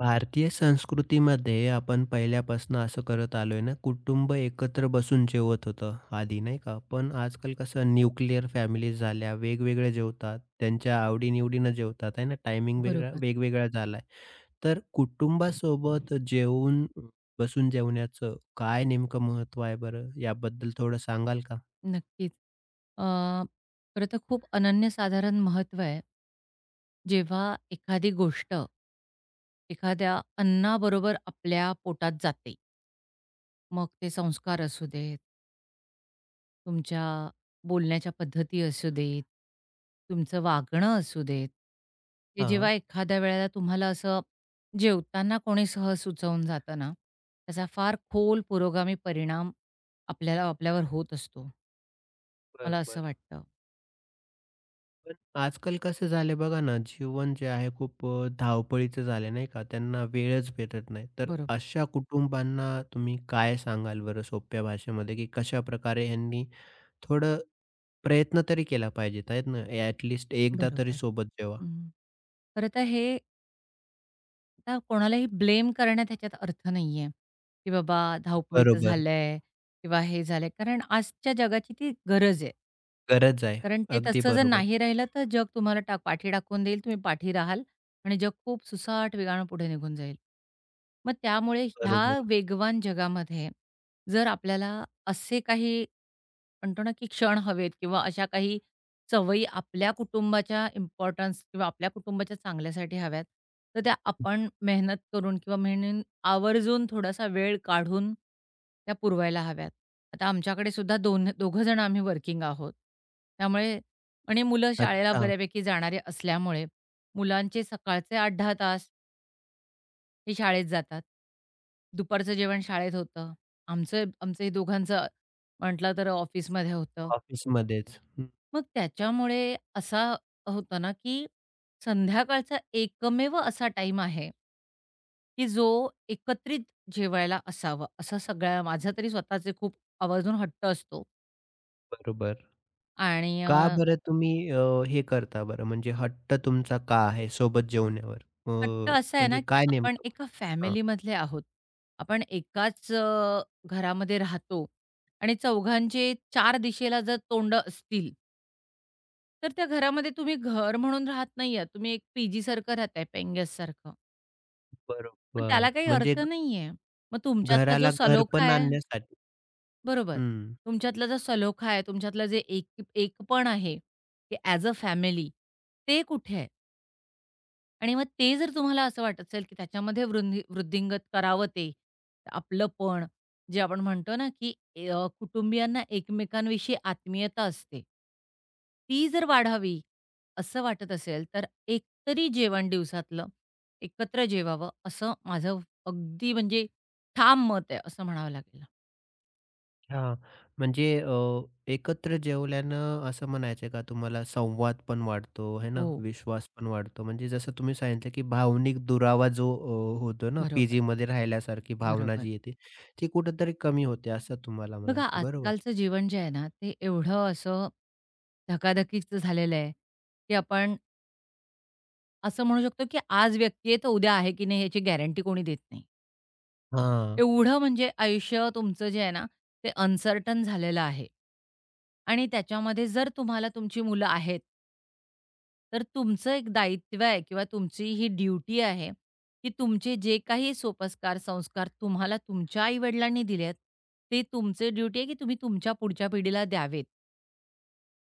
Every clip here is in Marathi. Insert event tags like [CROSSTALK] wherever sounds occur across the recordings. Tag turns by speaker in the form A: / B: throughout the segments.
A: भारतीय संस्कृतीमध्ये आपण पहिल्यापासून असं करत आलोय ना, कुटुंब एकत्र बसून जेवत होतं आधी नाही का? पण आजकाल कसं न्यूक्लिअर फॅमिलीज झाल्या, वेगवेगळ्या जेवतात, त्यांच्या आवडी-निवडीनं जेवतात आहे ना, टायमिंग
B: बरोबर.
A: वेगवेगळा झालाय. तर कुटुंबासोबत जेवून बसून जेवण्याचं काय नेमकं महत्त्व आहे बरं? याबद्दल थोडं सांगाल का?
B: नक्कीच. अ, खरं तर खूप अनन्यसाधारण महत्त्व आहे. जेव्हा एखादी गोष्ट एखाद्या अन्नाबरोबर आपल्या पोटात जाते. मग ते संस्कार असू देत, तुमच्या बोलण्याच्या पद्धती असू देत, तुमचं वागणं असू देत. ते
A: हां,
B: जेव्हा एखाद्या वेळेला तुम्हाला असं जेवताना कोणी सहज सुचवून जातं ना, त्याचा फार खोल पुरोगामी परिणाम आपल्याला आपल्यावर होत असतो. मला असं
A: बरोबर.
B: वाटतं.
A: पण आजकाल कसं झालंय बघा ना, जीवन जे आहे खूप धावपळीचं झालं नाही का? त्यांना वेळच भेटत नाही. तर
B: बरोबर.
A: अशा कुटुंबांना तुम्ही काय सांगाल बरं सोप्या भाषेमध्ये, की कशाप्रकारे ह्यांनी थोडं प्रयत्न तरी केला पाहिजे, आहेत ना? ॲट एकदा तरी
B: बरोबर.
A: सोबत जेवा.
B: हं. खरं तर हे आता कोणालाही ब्लेम करण्यात ह्याच्यात अर्थ नाहीये, की बाबा धावपळीचं
A: बरोबर.
B: झालंय किंवा हे झालंय. कारण आजच्या जगाची ती गरज आहे.
A: गरज आहे.
B: कारण ते
A: अगदी
B: तसं जर
A: बरोबर.
B: नाही राहिलं, तर जग तुम्हाला पाठी टाकून देईल. तुम्ही पाठी राहाल आणि जग खूप सुसाट वेगानं पुढे निघून जाईल. मग त्यामुळे ह्या
A: बरोबर.
B: वेगवान जगामध्ये जर आपल्याला असे काही म्हणतो ना, की क्षण हवेत किंवा अशा काही सवयी आपल्या कुटुंबाच्या इम्पोर्टन्स किंवा आपल्या कुटुंबाच्या चांगल्यासाठी हव्यात, तर त्या आपण मेहनत करून किंवा म्हणेन आवर्जून थोडासा वेळ काढून त्या पुरवायला हव्यात. आता आमच्याकडे सुद्धा दोघं जण आम्ही वर्किंग आहोत. त्यामुळे आणि मुलं शाळेला
A: अच्छा.
B: बऱ्यापैकी जाणारे असल्यामुळे मुलांचे सकाळचे 8-10 तास हे शाळेत जातात. दुपारचं जेवण शाळेत होतं. आमचं आमचं हे दोघांचं म्हटलं तर ऑफिसमध्ये होतं.
A: ऑफिसमध्येच. हं,
B: मग त्याच्यामुळे असा होतो ना, की संध्याकाळचा एकमेव असा टाईम आहे, की जो एकत्रित जेवायला असावा, असं सगळ्या माझा तरी स्वतःचे खूप आवर्जून हट्ट असतो
A: बरोबर.
B: आणि
A: का बरं तुम्ही हे करता बरं? म्हणजे हट्ट तुमचा का आहे सोबत जेवण्यावर? अ,
B: हट्ट असा आहे ना,
A: म्हणजे
B: की
A: काय
B: आपण
A: नेमकं?
B: एका
A: हां,
B: फॅमिलीमधले आहोत. आपण एकाच घरामध्ये राहतो आणि चौघांचे 4 दिशेला जर तोंडं असतील, तर त्या घरामध्ये तुम्ही घर म्हणून राहत नाही तुम्ही एक पी-जीसारखं राहताय, पेंगेससारखं. मग
A: बरोबर.
B: त्याला काही
A: म्हणजे
B: अर्थ नाहीये. मग तुमच्यातला जो
A: घराला घर
B: सलोखा
A: पण
B: आहे
A: आणण्यासाठी.
B: बरोबर.
A: हं.
B: तुमच्यातला जो सलोखा आहे, तुमच्यातलं जे एक एकपण आहे, की ॲज अ फॅमिली ते कुठे आहे? आणि मग ते जर तुम्हाला असं वाटत असेल, की त्याच्यामध्ये वृद्धिंगत करावं ते, आपलंपण, जे आपण म्हणतो ना, की कुटुंबियांना एकमेकांविषयी आत्मीयता असते. ती जर वाढावी, असं वाटत असेल, तर एकतरी जेवण दिवसातलं एकत्र जेवावं, असं माझं अगदी म्हणजे ठाम मत आहे, असं म्हणावं लागेल.
A: हां, म्हणजे एकत्र जेवल्यानं असं म्हणायचं आहे का तुम्हाला संवाद पण वाढतो, आहे ना?
B: हो.
A: विश्वास पण वाढतो. म्हणजे जसं तुम्ही सांगितलं, की भावनिक दुरावा जो होतो ना,
B: बरोबर,
A: पीजीमध्ये राहिल्यासारखी भावना
B: बरोबर.
A: जी येते, ती कुठेतरी कमी होते असं तुम्हाला
B: बघा,
A: म्हणायचं आहे. बरोबर?
B: आजकालचं जीवन जे आहे ना, ते एवढं असं धकाधकीचं झालेलं आहे, की आपण असं म्हणू शकतो, की आज व्यक्ती आहे तर उद्या आहे की नाही याची गॅरंटी कोणी देत नाही.
A: हां.
B: एवढं म्हणजे आयुष्य तुमचं जे आहे ना, ते अनसर्टन झालेलं आहे आणि त्याच्यामध्ये जर तुम्हाला तुमची मुलं आहेत, तर तुमचं एक दायित्व आहे किंवा तुमची ही ड्युटी आहे, की तुमचे जे काही सोपस्कार, संस्कार तुम्हाला तुमच्या आई दिलेत, ते तुमचे ड्युटी आहे की तुम्ही तुमच्या पुढच्या पिढीला द्यावेत.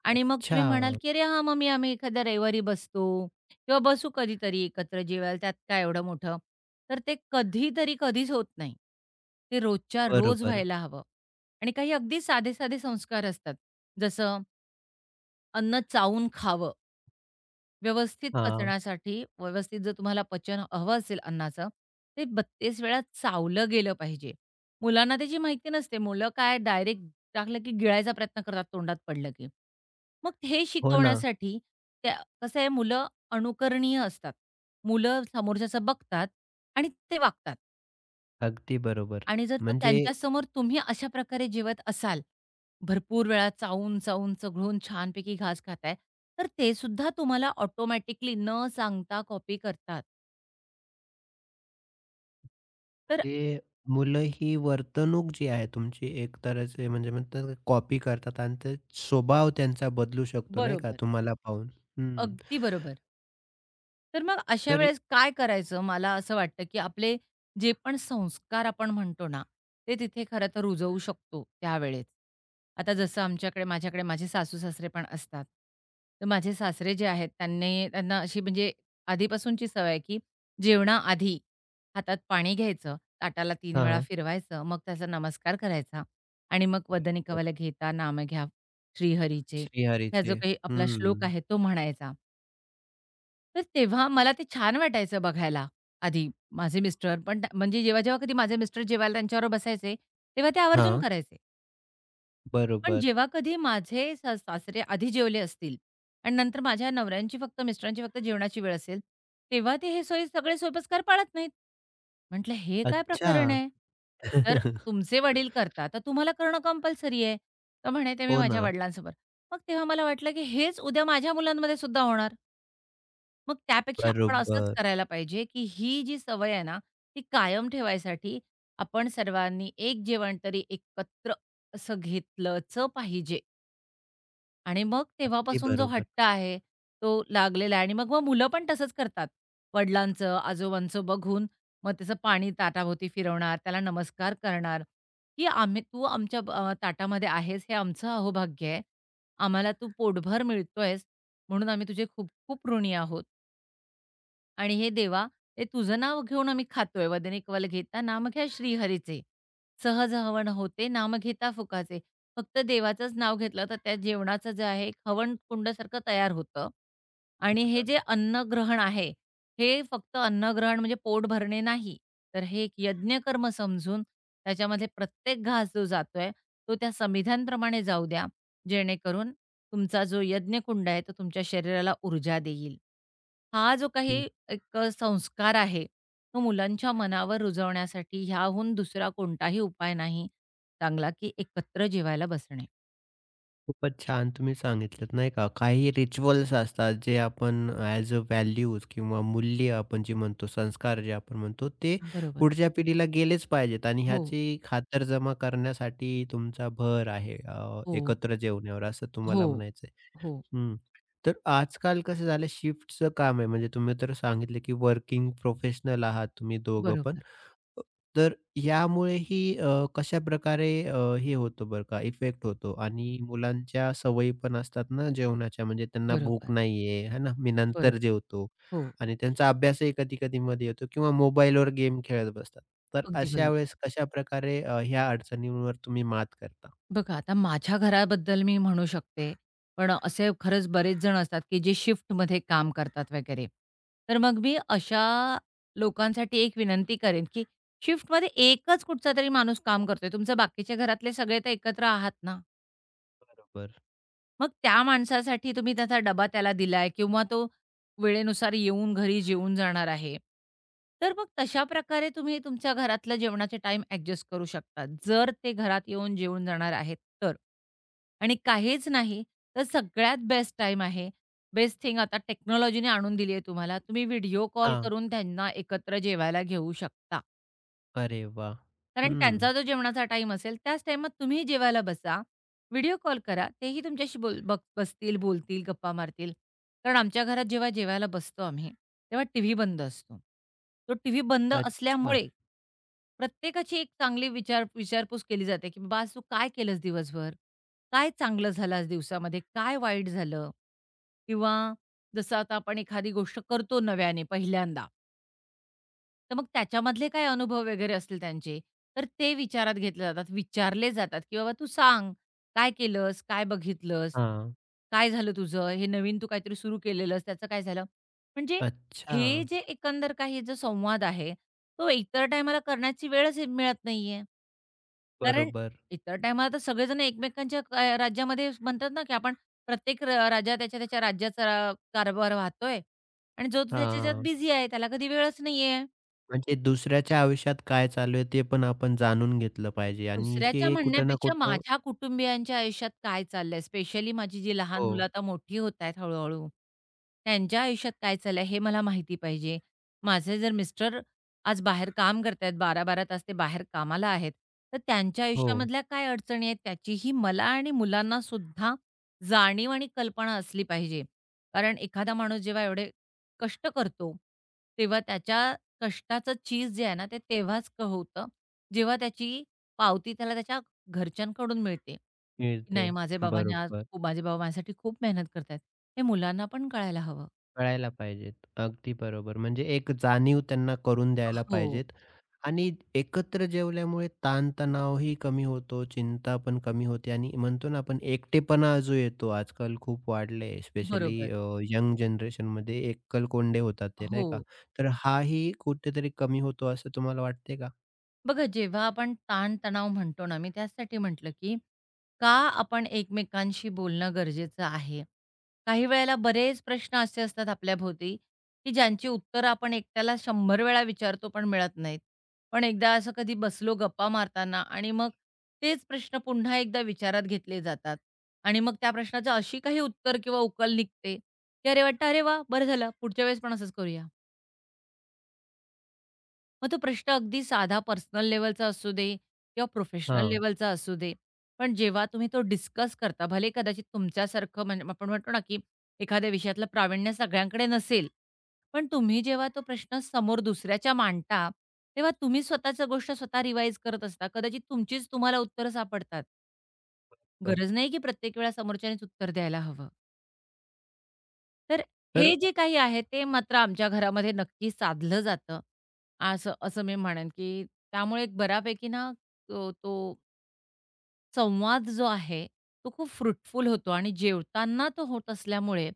B: आणि मग तुम्ही म्हणाल,
A: अच्छा.
B: की "अरे हां, मम्मी आम्ही एखाद्या रविवारी बसतो किंवा बसू कधीतरी एकत्र जेवायला, त्यात काय एवढं मोठं." तर ते कधीतरी कधीच होत नाही. ते रोजच्या रोज
A: बरोबर.
B: व्हायला हवं आणि काही अगदी साधे-साधे संस्कार असतात. जसं अन्न चावून खावं. व्यवस्थित
A: हां.
B: पचण्यासाठी, व्यवस्थित जर तुम्हाला पचन हवं असेल अन्नाचं, ते 32 वेळा चावलं गेलं पाहिजे. मुलांना त्याची माहिती नसते. मुलं काय डायरेक्ट टाकलं की गिळायचा प्रयत्न करतात तोंडात पडलं की. मग हे
A: हो ना.
B: शिकवण्यासाठी त्या कसं आहे मुलं अनुकरणीय असतात. मुलं समोरच्याचं बघतात आणि ते वागतात.
A: अगदी बरोबर.
B: आणि जर तो
A: म्हणजे
B: त्यांच्यासमोर तुम्ही अशा प्रकारे जेवत असाल, भरपूर वेळा चावून, चावून, चघळून छानपैकी घास खाताय, तर ते सुद्धा तुम्हाला ऑटोमॅटिकली न सांगता कॉपी करतात. तर
A: म्हणजे मुलं ही वर्तणूक जी आहे तुमची एक तऱ्हेचे म्हणजे म्हणतात कॉपी करतात आणि ते स्वभाव त्यांचा बदलू शकतो नाही का
B: बरोबर.
A: तुम्हाला पाहून. हं.
B: अगदी बरोबर. तर मग अशा
A: तरी
B: वेळेस काय करायचं? मला असं वाटतं, की आपले जे पण संस्कार आपण म्हणतो ना, ते तिथे खरं तर रुजवू शकतो त्यावेळेस. आता जसं माझ्याकडे माझे सासू-सासरे पण असतात. तर माझे सासरे जे आहेत त्यांनी त्यांना अशी म्हणजे आधीपासूनची सवय आहे, की जेवणाआधी हातात पाणी घ्यायचं, ताटाला 3 वेळा
A: हां.
B: फिरवायचं, मग त्याचा नमस्कार करायचा आणि मग वदनी
A: बरं.
B: कवल घेता नाम घ्या श्रीहरीचे, ह्या जो
A: श्रीहरीचे.
B: काही आपला श्लोक
A: हं.
B: आहे तो म्हणायचा. तर तेव्हा मला ते छान वाटायचं बघायला आधी. माझे मिस्टर पण म्हणजे जेव्हा-जेव्हा कधी माझे मिस्टर जेवायला त्यांच्याबरोबर बसायचे, तेव्हा ते आवर्जून
A: हां.
B: करायचे. पण
A: बरोबर.
B: जेव्हा कधी माझे सासरे आधी जेवले असतील आणि नंतर माझ्या नवऱ्यांची फक्त मिस्टरांची फक्त जेवणाची वेळ असेल, तेव्हा ते हे सगळे सोयीपस्कार पाळत नाहीत. म्हटलं, "हे काय
A: अच्छा.
B: प्रकरण आहे? जर
A: [LAUGHS]
B: तुमचे वडील करतात, तर तुम्हाला करणं कंपल्सरी आहे." तर म्हणे, "ते मी
A: हो
B: माझ्या
A: ना.
B: वडिलांसमोर." मग तेव्हा मला वाटलं, की हेच उद्या माझ्या मुलांमध्ये सुद्धा होणार. मग त्यापेक्षा आपण असंच
A: बरोबर.
B: करायला पाहिजे, की ही जी सवय आहे ना, ती कायम ठेवायसाठी आपण सर्वांनी एक जेवण तरी एकत्र असं घेतलंच पाहिजे. आणि मग
A: ते
B: तेव्हापासून जो
A: बरोबर.
B: हट्ट आहे, तो लागलेला आहे आणि मग मग मुलं पण तसंच करतात. वडिलांचं, आजोबांचं बघून मग त्याचं पाणी ताटाभोवती फिरवणार, त्याला नमस्कार करणार, की आम्ही तू आमच्या ताटामध्ये आहेस हे आमचं अहोभाग्य आहे. आम्हाला तू पोटभर मिळतोयस म्हणून आम्ही तुझे खूप खूप ऋणी आहोत. आणि हे देवा, हे तुझं नाव घेऊन आम्ही खातोय, वदनेकवल घेता नाम घ्या श्रीहरीचे. सहज हवन होते नाम घेता फुकाचे. फक्त देवाचंच नाव घेतलं, तर त्या जेवणाचं जे आहे, एक हवन कुंडासारखं तयार होतं. आणि हे जे अन्नग्रहण आहे, हे फक्त अन्नग्रहण म्हणजे पोट भरणे नाही, तर हे एक यज्ञकर्म समजून त्याच्यामध्ये प्रत्येक घास जो जातोय, तो त्या संविधानप्रमाणे जाऊ द्या, जेणेकरून तुमचा जो यज्ञकुंड आहे, तो तुमच्या शरीराला ऊर्जा देईल. हा जो काही एक संस्कार आहे, तो मुलांच्या मनावर रुजवण्यासाठी ह्याहून दुसरा कोणताही उपाय नाही चांगला, की एकत्र जेवायला बसणे.
A: खूपच छान तुम्ही सांगितलंत नाही का. काही रिच्युअल्स असतात जे आपण ॲज अ व्हॅल्यूज किंवा मूल्य आपण जे म्हणतो, संस्कार जे आपण म्हणतो, ते
B: बरोबर.
A: पुढच्या पिढीला गेलेच पाहिजेत आणि
B: हो,
A: ह्याची खातरजमा करण्यासाठी तुमचा भर आहे
B: हो,
A: एकत्र जेवण्यावर असं
B: हो,
A: तुम्हाला म्हणायचं आहे.
B: हो.
A: हं. तर आजकाल कसं झालं शिफ्टचं काम आहे म्हणजे तुम्ही तर सांगितलं की वर्किंग प्रोफेशनल आहात तुम्ही दोघं पण.
B: बरोबर,
A: तर यामुळेही कशाप्रकारे हे होतं बरं का, इफेक्ट होतो आणि मुलांच्या सवयी पण असतात ना जेवणाच्या, म्हणजे त्यांना भूक
B: बरोबर,
A: नाहीये, है ना, मी नंतर
B: बरोबर.
A: जेवतो
B: हो,
A: आणि त्यांचा अभ्यासही कधी-कधी मध्ये येतो किंवा मोबाईलवर गेम खेळत बसतात. तर
B: अगदी
A: अशा
B: बरोबर.
A: वेळेस कशाप्रकारे ह्या अडचणींवर तुम्ही मात करता?
B: बघा, आता माझ्या घराबद्दल मी म्हणू शकते. पण असे खरंच बरेच जण असतात, की जे शिफ्टमध्ये काम करतात वगैरे. तर मग मी अशा लोकांसाठी एक विनंती करेन, की शिफ्टमध्ये एकच कुठचा तरी माणूस काम करतोय. तुमचे बाकीचे घरातले सगळे तर एकत्र आहात ना?
A: बरोबर.
B: मग त्या माणसासाठी तुम्ही त्याचा डबा त्याला दिलाय किंवा तो वेळेनुसार येऊन घरी जेवून जाणार आहे. तर मग तशा प्रकारे तुम्ही तुमच्या घरातलं जेवणाचे टाइम ॲडजस्ट करू शकता. जर ते घरात येऊन जेवून जाणार आहेत तर. आणि काहीच नाही तर सगळ्यात बेस्ट टाईम आहे. बेस्ट थिंग आता टेक्नॉलॉजीने आणून दिली आहे तुम्हाला. तुम्ही व्हिडिओ कॉल
A: हां.
B: करून त्यांना एकत्र जेवायला घेऊ शकता.
A: अरे वाह!
B: कारण
A: हं.
B: त्यांचा जो जेवणाचा टाईम असेल, त्याच टाईमात तुम्ही जेवायला बसा. व्हिडिओ कॉल करा. तेही तुमच्याशी बोल बक बसतील, बोलतील, गप्पा मारतील. कारण आमच्या घरात जेव्हा जेवायला बसतो आम्ही, तेव्हा टीव्ही बंद असतो. तो टीव्ही बंद
A: अच्छा.
B: असल्यामुळे प्रत्येकाची एक चांगली विचारपूस केली जाते, की "बाबा आज तू काय केलंस दिवसभर? काय चांगलं झालं आज दिवसामध्ये? काय वाईट झालं?" किंवा जसं आता आपण एखादी गोष्ट करतो नव्याने पहिल्यांदा. तर मग त्याच्यामधले काय अनुभव वगैरे असतील त्यांचे, तर ते विचारात घेतले जातात, विचारले जातात, की "बाबा तू सांग, काय केलंस? काय बघितलंस?
A: हां.
B: काय झालं तुझं? हे नवीन तू काहीतरी सुरू केलेलंस, त्याचं काय झालं?" म्हणजे
A: अच्छा.
B: हे जे एकंदर काही जो संवाद आहे, तो इतर टायमाला करण्याची वेळच मिळत नाहीये. कारण
A: बरोबर.
B: इतर टायमाला तर सगळेजण एकमेकांच्या राज्यामध्ये म्हणतात ना, की आपण प्रत्येक राजा त्याच्या-त्याच्या राज्याचा कारभार वाहतोय आणि जो तो त्याच्यात
A: हां.
B: बिझी आहे, त्याला कधी वेळच नाहीये.
A: म्हणजे दुसऱ्याच्या आयुष्यात काय चालू आहे ते पण आपण जाणून घेतलं पाहिजे आणि
B: दुसऱ्याच्या
A: हे कुठं ना
B: म्हणण्यापेक्षा
A: कुठं
B: माझ्या कुटुंबियांच्या आयुष्यात काय चाललंय, स्पेशली माझी जी लहान मुलं
A: हो,
B: आता मोठी होत आहेत हळू-हळू, त्यांच्या आयुष्यात काय चाललंय हे मला माहिती पाहिजे. माझे जर मिस्टर आज बाहेर काम करतायत, 12-12 तास ते बाहेर कामाला आहेत, तर त्यांच्या
A: हो,
B: आयुष्यामधल्या काय अडचणी आहेत त्याचीही मला आणि मुलांना सुद्धा जाणीव आणि कल्पना असली पाहिजे. कारण एखादा माणूस जेव्हा एवढे कष्ट करतो, तेव्हा त्याच्या कष्टाचं चीज जे आहे ना, ते तेव्हाच होतं, जेव्हा त्याची पावती त्याला त्याच्या घरच्यांकडून मिळते, की
A: मिळते.
B: नाही
A: बरोबर.
B: माझे बाबा माझ्यासाठी खूप मेहनत करतायत. हे मुलांना पण कळायला हवं.
A: कळायला पाहिजेत. अगदी बरोबर. म्हणजे एक जाणीव त्यांना करून द्यायला
B: हो,
A: पाहिजेत आणि एकत्र जेवल्यामुळे ताणतणावही कमी होतो, चिंता पण कमी होते आणि म्हणतो ना आपण एकटेपणा जो येतो आजकाल खूप वाढले स्पेशली
B: बरोबर.
A: यंग जनरेशनमध्ये एकलकोंडे होतात ते नाही
B: हो.
A: का? तर हाही कुठेतरी कमी होतो असं तुम्हाला वाटते का?
B: बघा, जेव्हा आपण ताण-तणाव म्हणतो ना, मी त्याचसाठी म्हटलं, की का आपण एकमेकांशी बोलणं गरजेचं आहे? काही वेळेला बरेच प्रश्न असे असतात आपल्याभोवती, की ज्यांची उत्तरं आपण एकट्याला 100 वेळा विचारतो, पण मिळत नाहीत. पण एकदा असं कधी बसलो गप्पा मारताना आणि मग तेच प्रश्न पुन्हा एकदा विचारात घेतले जातात आणि मग त्या प्रश्नाचं अशी काही उत्तर किंवा उकल निघते, की अरे वाटतं, "अरे वाह! बरं झालं, पुढच्या वेळेस पण असंच करूया." मग तो प्रश्न अगदी साधा पर्सनल लेवलचा असू दे किंवा प्रोफेशनल
A: हां,
B: लेव्हलचा असू दे. पण जेव्हा तुम्ही तो डिस्कस करता, भले कदाचित तुमच्यासारखं म्हणजे आपण म्हणतो ना, की एखाद्या विषयातलं प्रावीण्य सगळ्यांकडे नसेल. पण तुम्ही जेव्हा तो प्रश्न समोर दुसऱ्याच्या मांडता, तेव्हा तुम्ही स्वतःच गोष्ट स्वतः रिवाईज करत असता. कदाचित तुमचीच तुम्हाला उत्तरं सापडतात.
A: बरं.
B: गरज नाही की प्रत्येक वेळा समोरच्यानेच उत्तर द्यायला हवं. तर हे
A: तर
B: जे काही आहे ते मात्र आमच्या घरामध्ये नक्की साधलं जातं. असं असं मी म्हणेन, की त्यामुळे एक बऱ्यापैकी ना तो तो संवाद जो आहे, तो खूप फ्रुटफुल होतो आणि जेवताना तो होत असल्यामुळे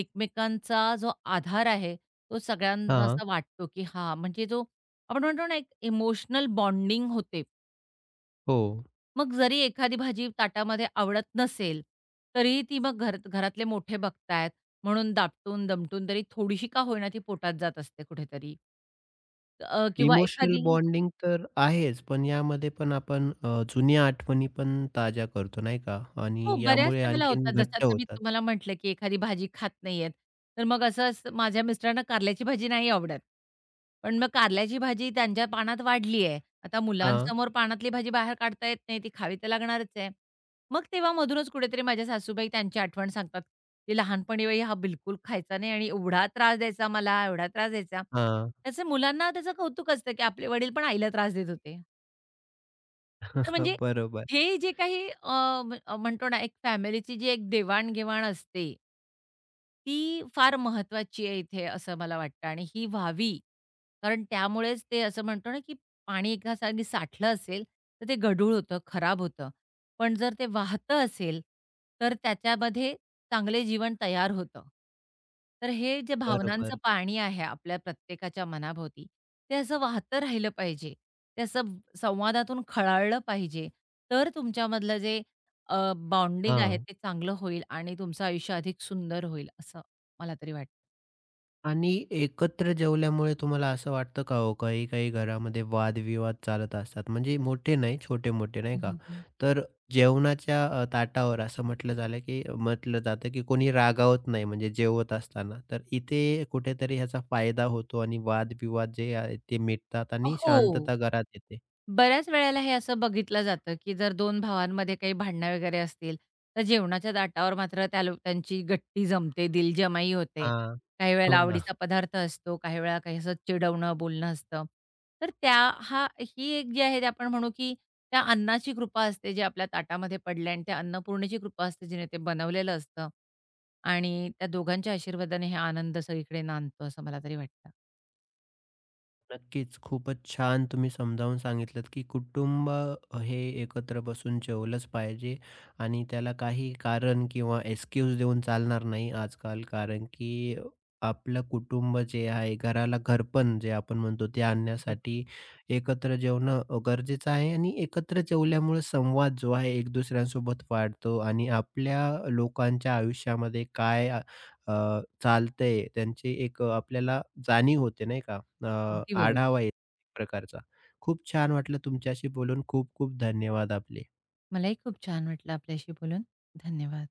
B: एकमेकांचा जो आधार आहे, तो सगळ्यांना
A: हां,
B: असा वाटतो, की हां, म्हणजे जो आपण म्हणतो ना एक इमोशनल बॉन्डिंग होते.
A: हो.
B: मग जरी एखादी भाजी ताटामध्ये आवडत नसेल, तरीही ती मग घरातले मोठे बघतायत, म्हणून दापटून-दमटून तरी थोडीशी का होईना ती पोटात जात असते कुठेतरी. किंवा
A: इमोशनल
B: एखादी
A: बॉन्डिंग तर आहेच, पण यामध्ये पण आपण जुन्या आठवणी पण ताज्या करतो, नाही का?
B: हो,
A: आणि
B: बऱ्याच
A: यामुळे
B: वेळेला
A: आणखीन
B: होतात. जसं
A: घट्ट
B: आता मी
A: होतात.
B: तुम्हाला म्हटलं, की एखादी भाजी खात नाहीयेत, तर मग असंच माझ्या मिस्टरांना कारल्याची भाजी नाही आवडत. पण मग कारल्याची भाजी त्यांच्या पानात वाढली आहे. आता
A: हां,
B: मुलांसमोर पानातली भाजी बाहेर काढता येत नाही, ती खावी तर लागणारच आहे. मग तेव्हा मधूनच कुठेतरी माझ्या सासूबाई त्यांची आठवण सांगतात, की "लहानपणी बाई हा बिलकुल खायचा नाही आणि एवढा त्रास द्यायचा मला, एवढा त्रास द्यायचा."
A: हां.
B: त्याचं मुलांना त्याचं कौतुक असतं, की आपले वडील पण आईला त्रास देत होते. तर
A: [LAUGHS]
B: म्हणजे
A: बरोबर,
B: हे जे काही म्हणतो ना, एक फॅमिलीची जी एक देवाण-घेवाण असते, ती फार महत्त्वाची आहे इथे असं मला वाटतं आणि ही व्हावी. कारण त्यामुळेच ते असं म्हणतो ना, की पाणी एका जागी साठलं असेल, तर ते गढूळ होतं, खराब होतं. पण जर ते वाहतं असेल, तर त्याच्यामध्ये चांगले जीवन तयार होतं. तर हे जे भावनांचं
A: बरोबर.
B: पाणी आहे आपल्या प्रत्येकाच्या मनाभोवती, ते असं वाहतं राहिलं पाहिजे. ते असं संवादातून खळाळलं पाहिजे. तर तुमच्यामधलं जे बॉन्डिंग आहे
A: हां.
B: ते चांगलं होईल आणि तुमचं आयुष्य अधिक सुंदर होईल असं मला तरी वाटतं.
A: आणि एकत्र जेवल्यामुळे तुम्हाला असं वाटतं का हो, काही काही घरामध्ये वादविवाद चालत असतात. म्हणजे मोठे नाही, छोटे-मोठे नाही
B: हं,
A: का.
B: हं, हं.
A: तर जेवणाच्या ताटावर असं म्हटलं झालं, की म्हटलं जातं, की कोणी रागावत नाही म्हणजे जेवत असताना. तर इथे कुठेतरी ह्याचा फायदा होतो आणि वादविवाद जे आहेत ते मिटतात आणि
B: हो.
A: शांतता घरात येते.
B: बऱ्याच वेळेला हे असं बघितलं जातं, की जर 2 भावांमध्ये काही भांडणं वगैरे असतील, तर जेवणाच्या ताटावर मात्र त्यांची गट्टी जमते, दिलजमाई होते.
A: हां.
B: काही वेळेला
A: हो ना.
B: आवडीचा पदार्थ असतो, काही वेळा काही असं चिडवणं, बोलणं असतं. तर त्या हा ही एक जी आहे, ते आपण म्हणू, की त्या अन्नाची कृपा असते, जी आपल्या ताटामध्ये पडली आणि त्या अन्नपूर्णेची कृपा असते, जिने ते बनवलेलं असतं. आणि त्या दोघांच्या आशीर्वादाने हे आनंद सगळीकडे नांदतो, असं मला तरी वाटतं.
A: नक्कीच. खूपच छान तुम्ही समजावून सांगितलत, की कुटुंब हे एकत्र बसून जेवलंच पाहिजे आणि त्याला काही कारण किंवा एक्सक्यूज देऊन चालणार नाही आजकाल. कारण की आपलं कुटुंब जे आहे, घराला घरपण जे आपण म्हणतो ते
B: बरोबर.
A: आणण्यासाठी एकत्र जेवणं गरजेचं आहे आणि एकत्र जेवल्यामुळे संवाद जो आहे एक दुसऱ्यांसोबत वाढतो आणि आपल्या लोकांच्या आयुष्यामध्ये काय चालतंय त्यांची एक आपल्याला जाणीव होते नाही का? अ,
B: अगदी बरोबर.
A: आढावा आहे एक प्रकारचा. खूप छान वाटलं तुमच्याशी बोलून. खूप खूप धन्यवाद आपले.
B: मलाही खूप छान वाटलं आपल्याशी बोलून. धन्यवाद.